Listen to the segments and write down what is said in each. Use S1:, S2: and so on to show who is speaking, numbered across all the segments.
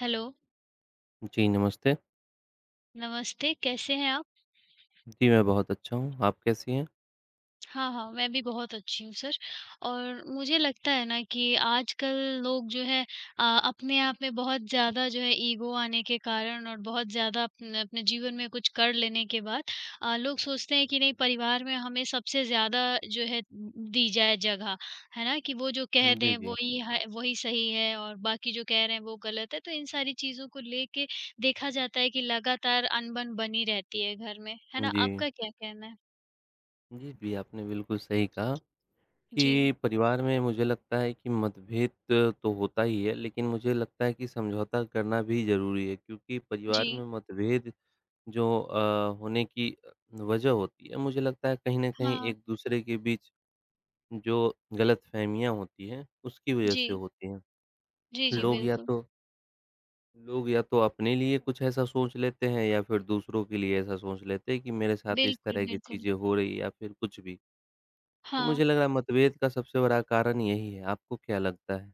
S1: Hello,
S2: जी, नमस्ते।
S1: नमस्ते, कैसे हैं आप?
S2: जी, मैं बहुत अच्छा हूँ, आप कैसी हैं?
S1: हाँ, हाँ, मैं भी बहुत अच्छी हूँ सर। और मुझे लगता है ना कि आजकल लोग जो है अ, अपने आप में बहुत ज़्यादा जो है ईगो आने के कारण और बहुत ज़्यादा अपने अपने जीवन में कुछ कर लेने के बाद लोग सोचते हैं कि नहीं परिवार में हमें सबसे ज़्यादा जो है दी जाए जगह, है ना? कि वो जो कह
S2: जी,
S1: दें
S2: जी।
S1: वही है वही सही है और बाकी जो कह रहे हैं वो गलत है। तो इन सारी चीज़ों को लेके देखा जाता है कि लगातार अनबन बनी रहती है घर में, है ना?
S2: जी।
S1: आपका क्या कहना है?
S2: जी, जी, आपने बिल्कुल सही कहा कि
S1: जी,
S2: परिवार में मुझे लगता है कि मतभेद तो होता ही है, लेकिन मुझे लगता है कि समझौता करना भी ज़रूरी है क्योंकि
S1: जी।
S2: परिवार में मतभेद जो होने की वजह होती है, मुझे लगता है कहीं न कहीं
S1: हाँ,
S2: एक-दूसरे के बीच जो गलतफ़हमियाँ होती हैं, उसकी वजह
S1: जी।
S2: से होती हैं।
S1: जी, जी,
S2: लोग या
S1: बिल्कुल।
S2: तो लोग या तो अपने लिए कुछ ऐसा सोच लेते हैं या फिर दूसरों के लिए ऐसा सोच लेते हैं कि मेरे साथ इस
S1: बिल्कुल,
S2: तरह की
S1: बिल्कुल।
S2: चीज़ें हो रही है या फिर कुछ भी। तो
S1: हाँ,
S2: मुझे लग रहा है मतभेद का सबसे बड़ा कारण यही है, आपको क्या लगता है?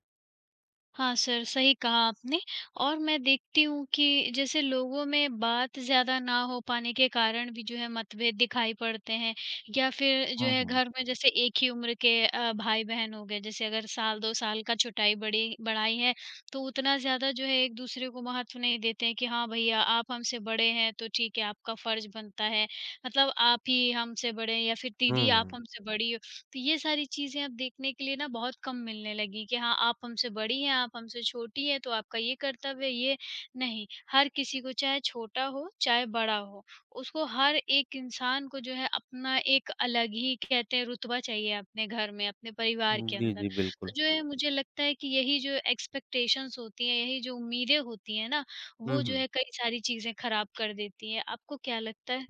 S1: हाँ सर, सही कहा आपने। और मैं देखती हूँ कि जैसे लोगों में बात ज़्यादा ना हो पाने के कारण भी जो है मतभेद दिखाई पड़ते हैं या फिर जो
S2: हुँ,
S1: है
S2: हुँ।
S1: घर में जैसे एक ही उम्र के भाई-बहन हो गए, जैसे अगर साल 2 साल का छुटाई बड़ी बढ़ाई है, तो उतना ज़्यादा जो है एक-दूसरे को महत्व नहीं देते हैं कि हाँ, भैया आप हमसे बड़े हैं, तो ठीक है आपका फ़र्ज़ बनता है, मतलब आप ही हमसे बड़े हैं या फिर
S2: हुँ,
S1: दीदी आप
S2: हुँ।
S1: हमसे बड़ी। तो ये सारी चीज़ें अब देखने के लिए ना बहुत कम मिलने लगी कि हाँ, आप हमसे बड़ी हैं, आप हमसे छोटी हैं, तो आपका ये कर्तव्य है, ये नहीं, हर किसी को चाहे छोटा हो, चाहे बड़ा हो, उसको हर एक इंसान को जो है अपना एक अलग ही कहते हैं रुतबा चाहिए अपने घर में, अपने परिवार के
S2: जी,
S1: अंदर।
S2: जी,
S1: तो
S2: बिल्कुल।
S1: जो है मुझे लगता है कि यही जो एक्सपेक्टेशंस होती हैं, यही जो उम्मीदें होती हैं ना,
S2: हुँ,
S1: वो जो
S2: हुँ।
S1: है कई सारी चीज़ें खराब कर देती हैं। आपको क्या लगता है?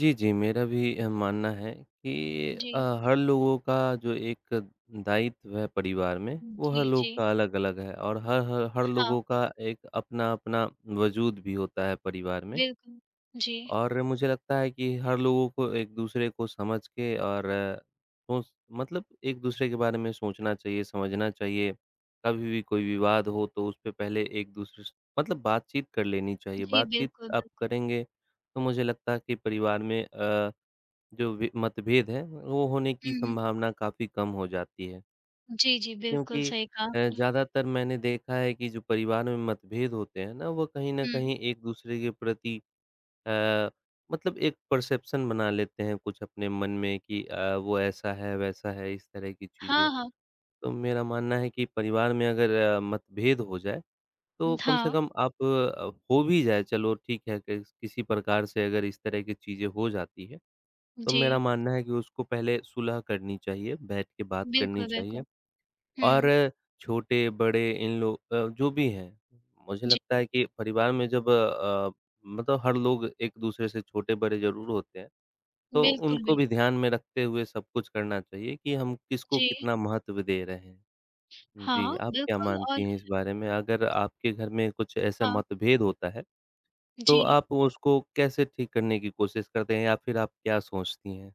S2: जी, जी, मेरा भी मानना है कि
S1: जी।
S2: हर लोगों का जो एक दायित्व है परिवार में, वो हर
S1: जी,
S2: लोग
S1: जी।
S2: का अलग-अलग है और हर हर हर
S1: हाँ,
S2: लोगों का एक अपना-अपना वजूद भी होता है परिवार में।
S1: बिल्कुल। जी।
S2: और मुझे लगता है कि हर लोगों को एक-दूसरे को समझ के और सोच मतलब एक-दूसरे के बारे में सोचना चाहिए, समझना चाहिए। कभी भी कोई विवाद हो तो उसपे पहले एक-दूसरे से मतलब बातचीत कर लेनी चाहिए।
S1: जी,
S2: बातचीत
S1: बिल्कुल,
S2: आप
S1: बिल्कुल।
S2: करेंगे तो मुझे लगता है कि परिवार में जो वि मतभेद है वो होने की
S1: हुँ, हुँ।
S2: संभावना काफ़ी कम हो जाती है।
S1: जी, जी, बिल्कुल
S2: क्योंकि
S1: सही कहा आपने।
S2: ज़्यादातर मैंने देखा है कि जो परिवार में मतभेद होते हैं ना, वो कहीं न
S1: हुँ।
S2: कहीं एक-दूसरे के प्रति अ, मतलब एक परसेप्शन बना लेते हैं कुछ अपने मन में कि वो ऐसा है, वैसा है, इस तरह की
S1: हाँ,
S2: चीज़ें।
S1: हाँ।
S2: तो मेरा मानना है कि परिवार में अगर मतभेद हो जाए, तो कम से
S1: हाँ।
S2: कम आप हो भी जाए, चलो ठीक है, किस किसी प्रकार से अगर इस तरह की चीज़ें हो जाती है, तो
S1: जी,
S2: मेरा मानना है कि उसको पहले सुलह करनी चाहिए, बैठ के बात करनी
S1: बिल्कुल,
S2: चाहिए।
S1: बिल्कुल।
S2: और
S1: हुँ।
S2: छोटे, बड़े इन लोग जो भी हैं, मुझे
S1: जी,
S2: लगता है कि परिवार में जब मतलब हर लोग एक-दूसरे से छोटे-बड़े ज़रूर होते हैं, तो
S1: बिल्कुल
S2: उनको
S1: भी।
S2: भी ध्यान में रखते हुए सब कुछ करना चाहिए कि हम किसको
S1: जी।
S2: कितना महत्व दे रहे हैं। जी,
S1: हाँ,
S2: आप क्या
S1: बिल्कुल
S2: मानती
S1: और
S2: हैं इस
S1: क्या
S2: बारे में? अगर आपके घर में कुछ ऐसा
S1: हाँ,
S2: मतभेद होता है,
S1: जी।
S2: तो आप उसको कैसे ठीक करने की कोशिश करते हैं या फिर आप क्या सोचती हैं?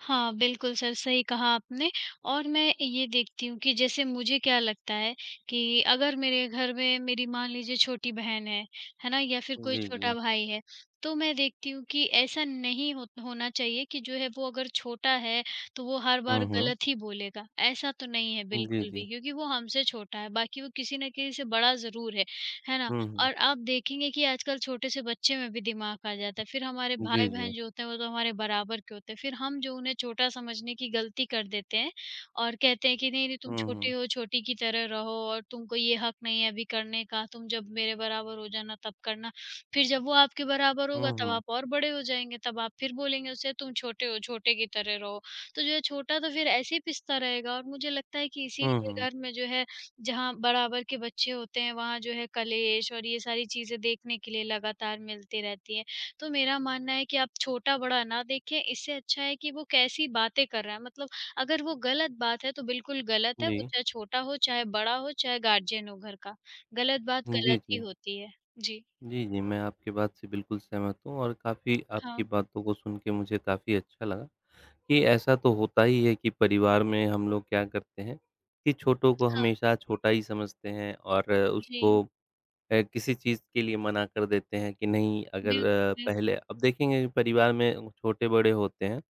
S1: हाँ, बिल्कुल सर, सही कहा आपने। और मैं ये देखती हूँ कि जैसे मुझे क्या लगता है कि अगर मेरे घर में मेरी मान लीजिए छोटी बहन है ना? या फिर कोई
S2: जी,
S1: छोटा
S2: जी।
S1: भाई है, तो मैं देखती हूँ कि ऐसा नहीं हो होना चाहिए कि जो है वो अगर छोटा है, तो वो हर बार
S2: हुँ, हुँ।
S1: गलत ही बोलेगा। ऐसा तो नहीं है
S2: जी,
S1: बिल्कुल
S2: जी।
S1: भी क्योंकि वो हमसे छोटा है, बाकी वो किसी न किसी से बड़ा ज़रूर है ना?
S2: हुँ, हुँ।
S1: और आप देखेंगे कि आजकल छोटे से बच्चे में भी दिमाग आ जाता है। फिर हमारे
S2: जी, जी।
S1: भाई-बहन जो होते हैं, वो तो हमारे बराबर के होते हैं। फिर हम जो उन्हें छोटा समझने की गलती कर देते हैं और कहते हैं कि, "नहीं-नहीं तुम
S2: हुँ,
S1: छोटे
S2: हुँ।
S1: हो, छोटी की तरह रहो और तुमको ये हक नहीं है अभी करने का। तुम जब मेरे बराबर हो जाना तब करना।" फिर जब वो आपके बराबर
S2: हुँ,
S1: होगा तब
S2: हुँ।
S1: आप और बड़े हो जाएँगे, तब आप फिर बोलेंगे उसे, "तुम छोटे हो, छोटे की तरह रहो।" तो जो है छोटा तो फिर ऐसे ही पिसता रहेगा और मुझे लगता है कि
S2: हुँ,
S1: इसीलिए
S2: हुँ।
S1: घर में जो है जहाँ बराबर के बच्चे होते हैं, वहाँ जो है कलेश और ये सारी चीज़ें देखने के लिए लगातार मिलती रहती हैं। तो मेरा मानना है कि आप छोटा-बड़ा ना देखें, इससे अच्छा है कि वो कैसी बातें कर रहा है। मतलब अगर वो गलत बात है, तो बिल्कुल गलत है,
S2: जी।
S1: वो चाहे छोटा हो, चाहे बड़ा हो, चाहे गार्जियन हो घर का। गलत बात
S2: जी,
S1: गलत ही
S2: जी।
S1: होती है। जी।
S2: जी, जी, मैं आपकी बात से बिल्कुल सहमत हूँ और काफ़ी
S1: हाँ,
S2: आपकी बातों को सुन के मुझे काफ़ी अच्छा लगा कि ऐसा तो होता ही है कि परिवार में हम लोग क्या करते हैं कि छोटों को
S1: हाँ,
S2: हमेशा छोटा ही समझते हैं और
S1: जी।
S2: उसको किसी चीज़ के लिए मना कर देते हैं कि नहीं अगर
S1: बिल्कुल, बिल्कुल।
S2: पहले अब देखेंगे कि परिवार में छोटे-बड़े होते हैं,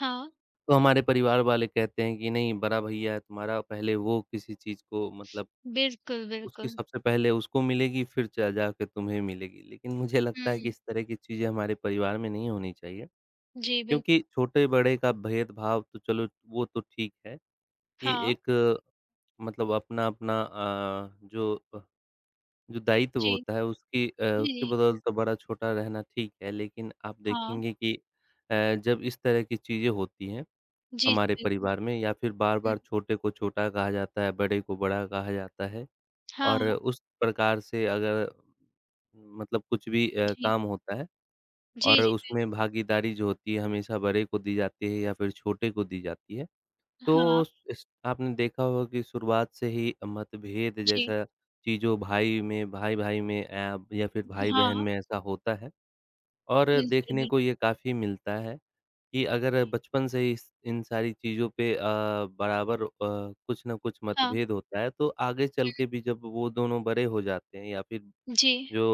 S1: हाँ,
S2: तो हमारे परिवार वाले कहते हैं कि नहीं बड़ा भैया है तुम्हारा पहले वो किसी चीज़ को मतलब
S1: बिल्कुल,
S2: उसकी
S1: बिल्कुल।
S2: सबसे पहले उसको मिलेगी फिर च जाके तुम्हें मिलेगी। लेकिन मुझे लगता है कि
S1: हुँ,
S2: इस तरह की चीज़ें हमारे परिवार में नहीं होनी चाहिए।
S1: जी,
S2: क्योंकि
S1: बिल्कुल।
S2: छोटे-बड़े का भेदभाव तो चलो वो तो ठीक है कि
S1: हाँ,
S2: एक मतलब अपना-अपना जो दायित्व
S1: जी।
S2: होता है उसकी
S1: जी,
S2: उसके
S1: जी।
S2: बदौलत बड़ा-छोटा रहना ठीक है। लेकिन आप
S1: हाँ।
S2: देखेंगे कि जब इस तरह की चीज़ें होती हैं
S1: जी, जी,
S2: हमारे
S1: बिल्कुल।
S2: परिवार में या फिर
S1: हुँ।
S2: बार-बार छोटे को छोटा कहा जाता है, बड़े को बड़ा कहा जाता है।
S1: हाँ,
S2: और
S1: हाँ।
S2: उस प्रकार से अगर मतलब कुछ भी
S1: जी।
S2: काम होता है
S1: जी,
S2: और
S1: जी, बिल्कुल।
S2: उसमें भागीदारी जो होती है हमेशा बड़े को दी जाती है या फिर छोटे को दी जाती है।
S1: हाँ,
S2: तो इस आपने देखा होगा कि शुरुआत से ही मतभेद
S1: जी।
S2: जैसा चीज़ों भाई में भाई-भाई में या फिर भाई-बहन
S1: हाँ,
S2: में ऐसा होता है और
S1: बिल्कुल,
S2: देखने को
S1: बिल्कुल।
S2: ये काफ़ी मिलता है। कि अगर बचपन से ही इस इन सारी चीज़ों पे बराबर कुछ न कुछ
S1: हाँ,
S2: मतभेद होता है, तो आगे चल के भी जब वो दोनों बड़े हो जाते हैं या फिर
S1: जी।
S2: जो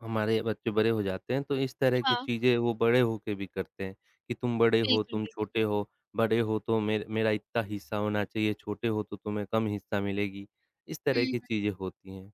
S2: हमारे बच्चे बड़े हो जाते हैं, तो इस तरह की
S1: हाँ,
S2: चीज़ें वो बड़े होके भी करते हैं कि तुम बड़े हो,
S1: बिल्कुल,
S2: तुम
S1: बिल्कुल।
S2: छोटे हो, बड़े हो तो मेरा इतना हिस्सा होना चाहिए, छोटे हो तो तुम्हें कम हिस्सा मिलेगी। इस तरह की
S1: हुँ।
S2: चीज़ें होती हैं।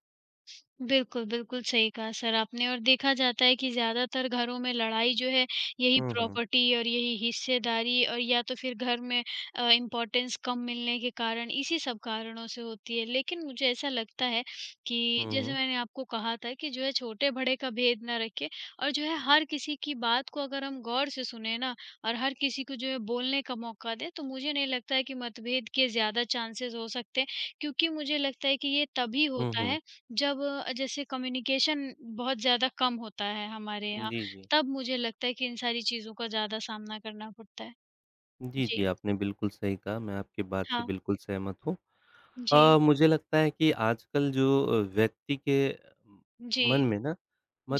S1: बिल्कुल, बिल्कुल सही कहा सर आपने। और देखा जाता है कि ज़्यादातर घरों में लड़ाई जो है यही
S2: हुँ, हुँ।
S1: प्रॉपर्टी और यही हिस्सेदारी और या तो फिर घर में इम्पोर्टेंस कम मिलने के कारण इसी सब कारणों से होती है। लेकिन मुझे ऐसा लगता है कि
S2: हुँ,
S1: जैसे
S2: हुँ।
S1: मैंने आपको कहा था कि जो है छोटे-बड़े का भेद ना रखें और जो है हर किसी की बात को अगर हम गौर से सुने ना और हर किसी को जो है बोलने का मौका दें, तो मुझे नहीं लगता है कि मतभेद के ज़्यादा चांसेस हो सकते हैं। क्योंकि मुझे लगता है कि ये तभी
S2: हुँ,
S1: होता
S2: हुँ।
S1: है जब जैसे कम्युनिकेशन बहुत ज़्यादा कम होता है हमारे यहाँ,
S2: जी, जी।
S1: तब मुझे लगता है कि इन सारी चीज़ों का ज़्यादा सामना करना पड़ता है।
S2: जी, जी,
S1: जी,
S2: आपने बिल्कुल सही कहा, मैं आपकी बात से
S1: हाँ।
S2: बिल्कुल सहमत हूँ।
S1: जी,
S2: मुझे लगता है कि आजकल जो व्यक्ति के म
S1: जी,
S2: मन में ना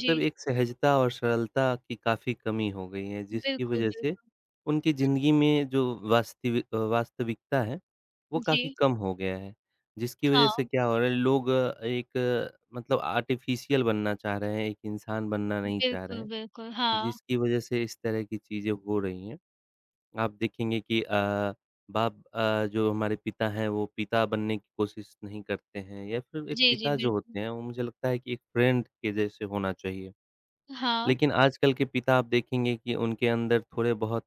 S1: जी।
S2: एक सहजता और सरलता की काफ़ी कमी हो गई है, जिसकी
S1: बिल्कुल,
S2: वजह से
S1: बिल्कुल।
S2: उनकी ज़िंदगी में जो वास्तविकता है, वो काफ़ी
S1: जी,
S2: कम हो गया है। जिसकी वजह से
S1: हाँ।
S2: क्या हो रहा है लोग एक मतलब आर्टिफ़िशियल बनना चाह रहे हैं, एक इंसान बनना नहीं चाह रहे
S1: बिल्कुल,
S2: हैं,
S1: बिल्कुल। हाँ।
S2: जिसकी वजह से इस तरह की चीज़ें हो रही हैं। आप देखेंगे कि बाप जो हमारे पिता हैं, वो पिता बनने की कोशिश नहीं करते हैं या फिर एक
S1: जी, जी,
S2: पिता जो
S1: बिल्कुल।
S2: होते हैं, वो मुझे लगता है कि एक फ्रेंड के जैसे होना चाहिए।
S1: हाँ।
S2: लेकिन आजकल के पिता आप देखेंगे कि उनके अंदर थोड़े बहुत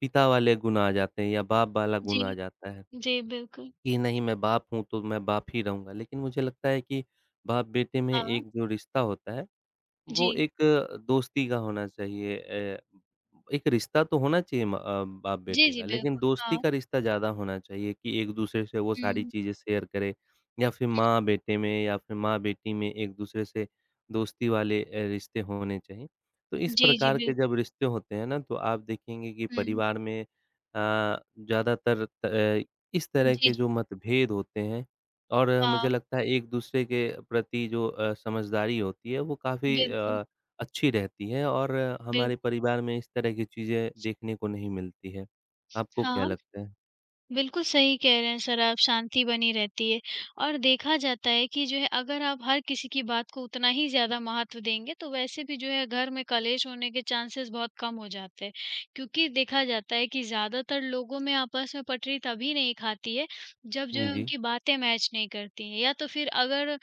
S2: पिता वाले गुण आ जाते हैं या बाप वाला गुण
S1: जी,
S2: आ जाता है,
S1: जी, बिल्कुल।
S2: कि नहीं मैं बाप हूँ, तो मैं बाप ही रहूँगा। लेकिन मुझे लगता है कि बाप-बेटे में
S1: हाँ।
S2: एक जो रिश्ता होता है वो
S1: जी।
S2: एक दोस्ती का होना चाहिए एक रिश्ता तो होना चाहिए
S1: जी,
S2: बाप-बेटे
S1: जी,
S2: का, लेकिन
S1: बिल्कुल। हाँ।
S2: दोस्ती का रिश्ता ज़्यादा होना चाहिए कि एक-दूसरे से वो सारी
S1: हुँ।
S2: चीज़ें शेयर करें या फिर माँ-बेटे में या फिर माँ-बेटी में एक-दूसरे से दोस्ती वाले रिश्ते होने चाहिए। तो इस
S1: जी, जी,
S2: प्रकार के
S1: बिल्कुल।
S2: जब रिश्ते होते हैं ना, तो आप देखेंगे कि
S1: हुँ।
S2: परिवार में ज़्यादातर इस तरह
S1: जी,
S2: के
S1: जी।
S2: जो मतभेद होते हैं और मुझे
S1: हाँ।
S2: लगता है एक-दूसरे के प्रति जो समझदारी होती है वो काफ़ी
S1: बिल्कुल,
S2: अच्छी रहती है और हमारे
S1: बिल्कुल।
S2: परिवार में इस तरह की चीज़ें देखने को नहीं मिलती है। आपको क्या
S1: हाँ।
S2: लगता है?
S1: बिल्कुल सही कह रहे हैं सर आप, शांति बनी रहती है और देखा जाता है कि जो है अगर आप हर किसी की बात को उतना ही ज़्यादा महत्व देंगे, तो वैसे भी जो है घर में कलेश होने के चांसेस बहुत कम हो जाते हैं। क्योंकि देखा जाता है कि ज़्यादातर लोगों में आपस में पटरी तभी नहीं खाती है, जब जो है
S2: जी।
S1: उनकी बातें मैच नहीं करती हैं या तो फिर अगर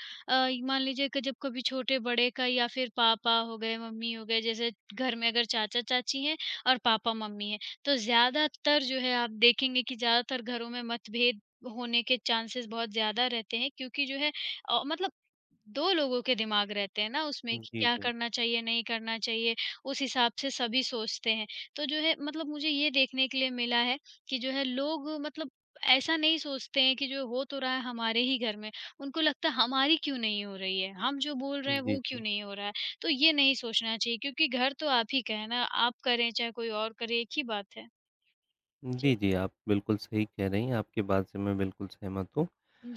S1: मान लीजिए कि जब कभी छोटे-बड़े का या फिर पापा हो गए, मम्मी हो गए, जैसे घर में अगर चाचा-चाची हैं और पापा-मम्मी हैं। तो ज़्यादातर जो है आप देखेंगे कि ज़्यादातर घरों में मतभेद होने के चांसेस बहुत ज़्यादा रहते हैं क्योंकि जो है मतलब 2 लोगों के दिमाग रहते हैं ना उसमें कि
S2: जी,
S1: क्या
S2: जी।
S1: करना चाहिए, नहीं करना चाहिए, उस हिसाब से सभी सोचते हैं। तो जो है मतलब मुझे ये देखने के लिए मिला है कि जो है लोग मतलब ऐसा नहीं सोचते हैं कि जो हो तो रहा है हमारे ही घर में, उनको लगता है हमारी क्यों नहीं हो रही है? हम जो बोल रहे हैं
S2: जी,
S1: वो क्यों
S2: जी।
S1: नहीं हो रहा है? तो ये नहीं सोचना चाहिए क्योंकि घर तो आप ही का है ना, आप करें चाहे कोई और करे एक ही बात है। जी।
S2: जी, जी, आप बिल्कुल सही कह रही हैं, आपकी बात से मैं बिल्कुल सहमत हूँ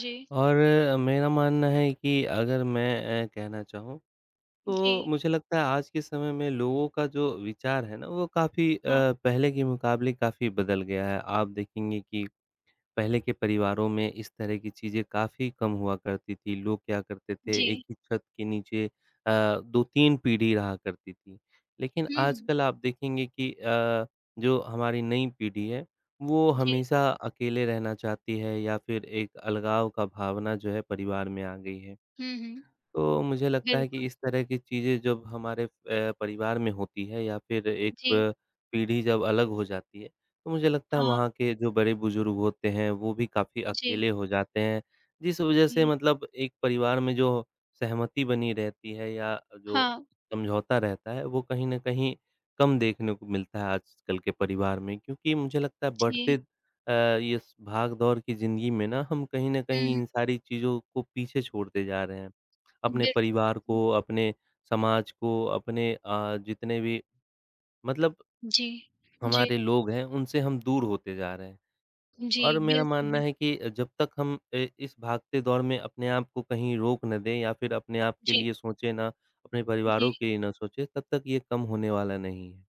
S1: जी,
S2: और मेरा मानना है कि अगर मैं कहना चाहूँ
S1: जी,
S2: तो मुझे लगता है आज के समय में लोगों का जो विचार है ना वो काफ़ी
S1: हाँ,
S2: पहले के मुकाबले काफ़ी बदल गया है। आप देखेंगे कि पहले के परिवारों में इस तरह की चीज़ें काफ़ी कम हुआ करती थी। लोग क्या करते थे,
S1: जी।
S2: एक ही छत के नीचे अ, 2-3 पीढ़ी रहा करती थी। लेकिन
S1: हुँ, हुँ,
S2: आजकल आप देखेंगे कि जो हमारी नई पीढ़ी है, वो
S1: जी,
S2: हमेशा अकेले रहना चाहती है या फिर एक अलगाव का भावना जो है परिवार में आ गई है।
S1: हुँ, हुँ,
S2: तो मुझे लगता है कि
S1: बिल्कुल,
S2: इस तरह की चीज़ें जब हमारे परिवार में होती है या फिर एक
S1: जी,
S2: पीढ़ी जब अलग हो जाती है, तो मुझे लगता है
S1: हाँ,
S2: वहाँ के जो बड़े-बुजुर्ग होते हैं, वो भी काफ़ी
S1: जी,
S2: अकेले हो जाते हैं। जिस वज़ह से
S1: जी,
S2: मतलब एक परिवार में जो सहमति बनी रहती है या जो
S1: हाँ,
S2: समझौता रहता है, वो कहीं न कहीं कम देखने को मिलता है आजकल के परिवार में। क्योंकि मुझे लगता है बढ़ते
S1: जी,
S2: ये स भाग-दौड़ की ज़िंदगी में ना हम कहीं न
S1: हुँ,
S2: कहीं
S1: हुँ,
S2: इन सारी चीज़ों को पीछे छोड़ते जा रहे हैं। अपने
S1: बिल्कुल,
S2: परिवार
S1: बिल्कुल,
S2: को, अपने समाज को, अपने जितने भी मतलब
S1: जी, जी,
S2: हमारे लोग हैं, उनसे हम दूर होते जा रहे हैं।
S1: जी,
S2: और मेरा
S1: बिल्कुल,
S2: मानना है
S1: बिल्कुल,
S2: कि जब तक हम इस भागते दौर में अपने आप को कहीं रोक ना दें या फिर अपने आप के
S1: जी,
S2: लिए सोचें ना, अपने
S1: जी।
S2: परिवारों के लिए ना सोचें, तब तक ये कम होने वाला नहीं है।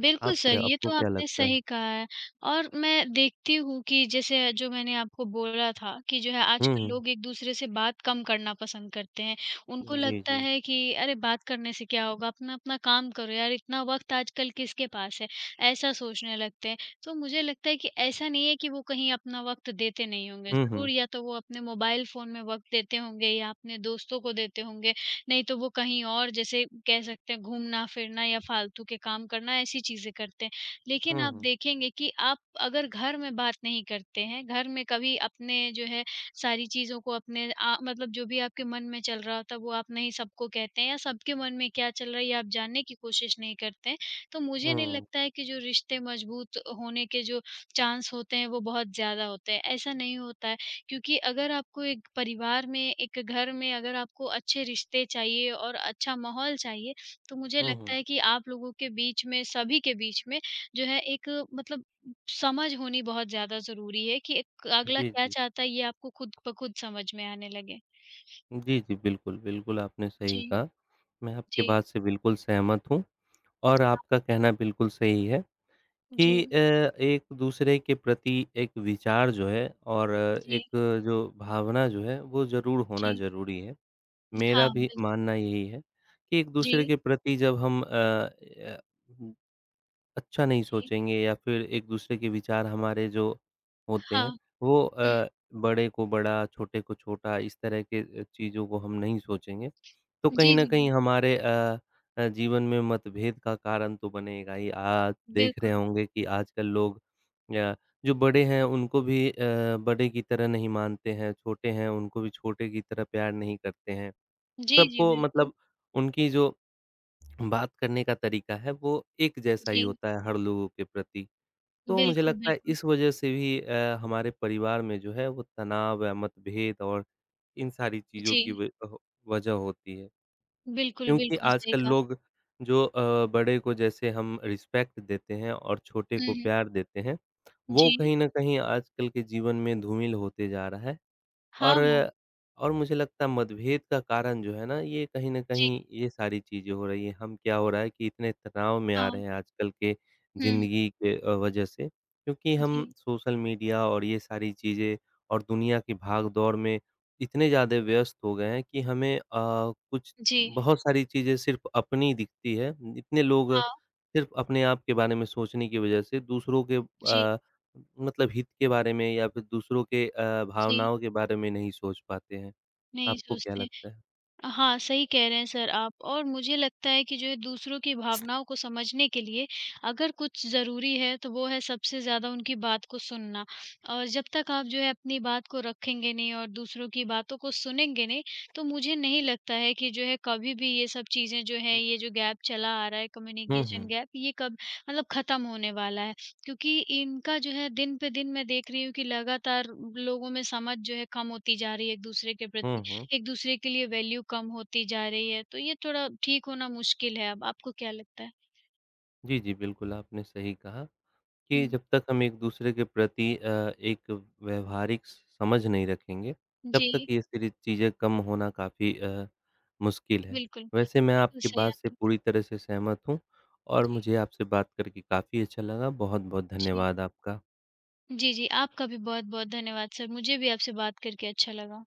S1: बिल्कुल
S2: आप
S1: सर,
S2: क्या
S1: ये
S2: आपको
S1: तो
S2: क्या
S1: आपने
S2: लगता है?
S1: सही कहा है। और मैं देखती हूँ कि जैसे जो मैंने आपको बोला था कि जो है
S2: हुँ,
S1: आजकल
S2: हुँ।
S1: लोग एक-दूसरे से बात कम करना पसंद करते हैं। उनको
S2: जी,
S1: लगता
S2: जी।
S1: है कि अरे बात करने से क्या होगा? अपना-अपना काम करो यार, इतना वक़्त आजकल किसके पास है? ऐसा सोचने लगते हैं। तो मुझे लगता है कि ऐसा नहीं है कि वो कहीं अपना वक़्त देते नहीं होंगे।
S2: हुँ, हुँ।
S1: ज़रूर या तो वो अपने मोबाइल फ़ोन में वक़्त देते होंगे या अपने दोस्तों को देते होंगे, नहीं तो वो कहीं और जैसे कह सकते हैं घूमना-फिरना या फालतू के काम करना ऐसी चीज़ें करते हैं। लेकिन
S2: हुँ,
S1: आप
S2: हुँ।
S1: देखेंगे कि आप अगर घर में बात नहीं करते हैं, घर में कभी अपने जो है सारी चीज़ों को अपने मतलब जो भी आपके मन में चल रहा होता है वो आप नहीं सबको कहते हैं या सबके मन में क्या चल रहा है ये आप जानने की कोशिश नहीं करते हैं। तो मुझे नहीं
S2: हुँ,
S1: लगता है कि जो रिश्ते मजबूत होने के जो चांस होते हैं वो बहुत ज़्यादा होते हैं, ऐसा नहीं होता है। क्योंकि अगर आपको एक परिवार में, एक घर में अगर आपको अच्छे रिश्ते चाहिए और अच्छा माहौल चाहिए, तो मुझे
S2: हुँ,
S1: लगता
S2: हुँ।
S1: है कि आप लोगों के बीच में, सभी के बीच में जो है एक मतलब समझ होनी बहुत ज़्यादा ज़रूरी है कि एक अगला
S2: जी,
S1: क्या
S2: जी।
S1: चाहता है, ये आपको खुद ब खुद समझ में आने लगे।
S2: जी, जी, बिल्कुल, बिल्कुल आपने सही
S1: जी,
S2: कहा। मैं आपकी
S1: जी,
S2: बात से बिल्कुल सहमत हूँ। और आपका कहना बिल्कुल सही है
S1: जी,
S2: कि एक दूसरे के प्रति एक विचार जो है और
S1: जी,
S2: एक जो भावना जो है वो ज़रूर होना
S1: जी।
S2: ज़रूरी है। मेरा
S1: हाँ,
S2: भी
S1: बिल्कुल।
S2: मानना यही है कि एक दूसरे
S1: जी,
S2: के प्रति जब हम अच्छा नहीं
S1: जी।
S2: सोचेंगे या फिर एक-दूसरे के विचार हमारे जो होते
S1: हाँ,
S2: हैं, वो
S1: हुँ।
S2: बड़े को बड़ा, छोटे को छोटा इस तरह के चीज़ों को हम नहीं सोचेंगे, तो कहीं
S1: जी,
S2: न
S1: जी,
S2: कहीं
S1: बिल्कुल,
S2: हमारे जीवन में मतभेद का कारण तो बनेगा ही। आप देख रहे
S1: बिल्कुल।
S2: होंगे कि आजकल लोग अ, जो बड़े हैं उनको भी बड़े की तरह नहीं मानते हैं, छोटे हैं उनको भी छोटे की तरह प्यार नहीं करते हैं।
S1: जी, जी,
S2: सबको
S1: बिल्कुल।
S2: मतलब उनकी जो बात करने का तरीका है वो एक जैसा ही
S1: जी,
S2: होता है हर लोगों के प्रति। तो मुझे
S1: बिल्कुल,
S2: लगता है
S1: बिल्कुल।
S2: इस वजह से भी हमारे परिवार में जो है वो तनाव या मतभेद और इन सारी चीज़ों
S1: जी,
S2: की वजह होती है।
S1: बिल्कुल,
S2: क्योंकि
S1: बिल्कुल सही
S2: आजकल
S1: कहा।
S2: लोग जो बड़े को जैसे हम रिस्पेक्ट देते हैं और छोटे
S1: हुँ,
S2: को
S1: हुँ।
S2: प्यार देते हैं, वो
S1: जी।
S2: कहीं न कहीं आजकल के जीवन में धूमिल होते जा रहा है।
S1: हाँ,
S2: और
S1: हाँ।
S2: और मुझे लगता है मतभेद का कारण जो है ना, ये कहीं न
S1: जी,
S2: कहीं ये सारी चीज़ें हो रही हैं। हम क्या हो रहा है कि इतने तनाव में आ रहे
S1: हाँ।
S2: हैं आजकल के
S1: हुँ,
S2: ज़िंदगी के वजह से क्योंकि हम
S1: जी,
S2: सोशल मीडिया और ये सारी चीज़ें और दुनिया की भाग-दौड़ में इतने ज़्यादा व्यस्त हो गए हैं कि हमें कुछ
S1: जी।
S2: बहुत सारी चीज़ें सिर्फ़ अपनी दिखती है। इतने लोग
S1: हाँ,
S2: सिर्फ़ अपने आप के बारे में सोचने की वजह से दूसरों के
S1: जी,
S2: अ मतलब हित के बारे में या फिर दूसरों के
S1: जी।
S2: भावनाओं के बारे में नहीं सोच पाते हैं।
S1: नहीं
S2: आपको क्या
S1: सोचते।
S2: लगता है?
S1: हाँ, सही कह रहे हैं सर आप। और मुझे लगता है कि जो है दूसरों की भावनाओं को समझने के लिए अगर कुछ ज़रूरी है, तो वो है सबसे ज़्यादा उनकी बात को सुनना। और जब तक आप जो है अपनी बात को रखेंगे नहीं और दूसरों की बातों को सुनेंगे नहीं, तो मुझे नहीं लगता है कि जो है कभी भी ये सब चीज़ें जो हैं, ये जो गैप चला आ रहा है
S2: हुँ,
S1: कम्युनिकेशन
S2: हुँ।
S1: गैप, ये कब मतलब ख़त्म होने वाला है। क्योंकि इनका जो है दिन पे दिन मैं देख रही हूँ कि लगातार लोगों में समझ जो है कम होती जा रही है एक-दूसरे के
S2: हुँ,
S1: प्रति।
S2: हुँ।
S1: एक-दूसरे के लिए वैल्यू कम होती जा रही है, तो ये थोड़ा ठीक होना मुश्किल है अब, आपको क्या लगता है?
S2: जी, जी, बिल्कुल आपने सही कहा कि
S1: हुँ,
S2: जब तक हम एक-दूसरे के प्रति एक व्यावहारिक स समझ नहीं रखेंगे, तब तक
S1: जी,
S2: ये सारी चीज़ें कम होना काफ़ी मुश्किल है।
S1: बिल्कुल।
S2: वैसे मैं
S1: बिल्कुल
S2: आपकी
S1: सही
S2: बात से
S1: आपने कहा।
S2: पूरी तरह से सहमत हूँ और
S1: जी,
S2: मुझे आपसे बात करके काफ़ी अच्छा लगा। बहुत-बहुत
S1: जी।
S2: धन्यवाद आपका।
S1: जी, जी, आपका भी बहुत-बहुत धन्यवाद सर, मुझे भी आपसे बात करके अच्छा लगा।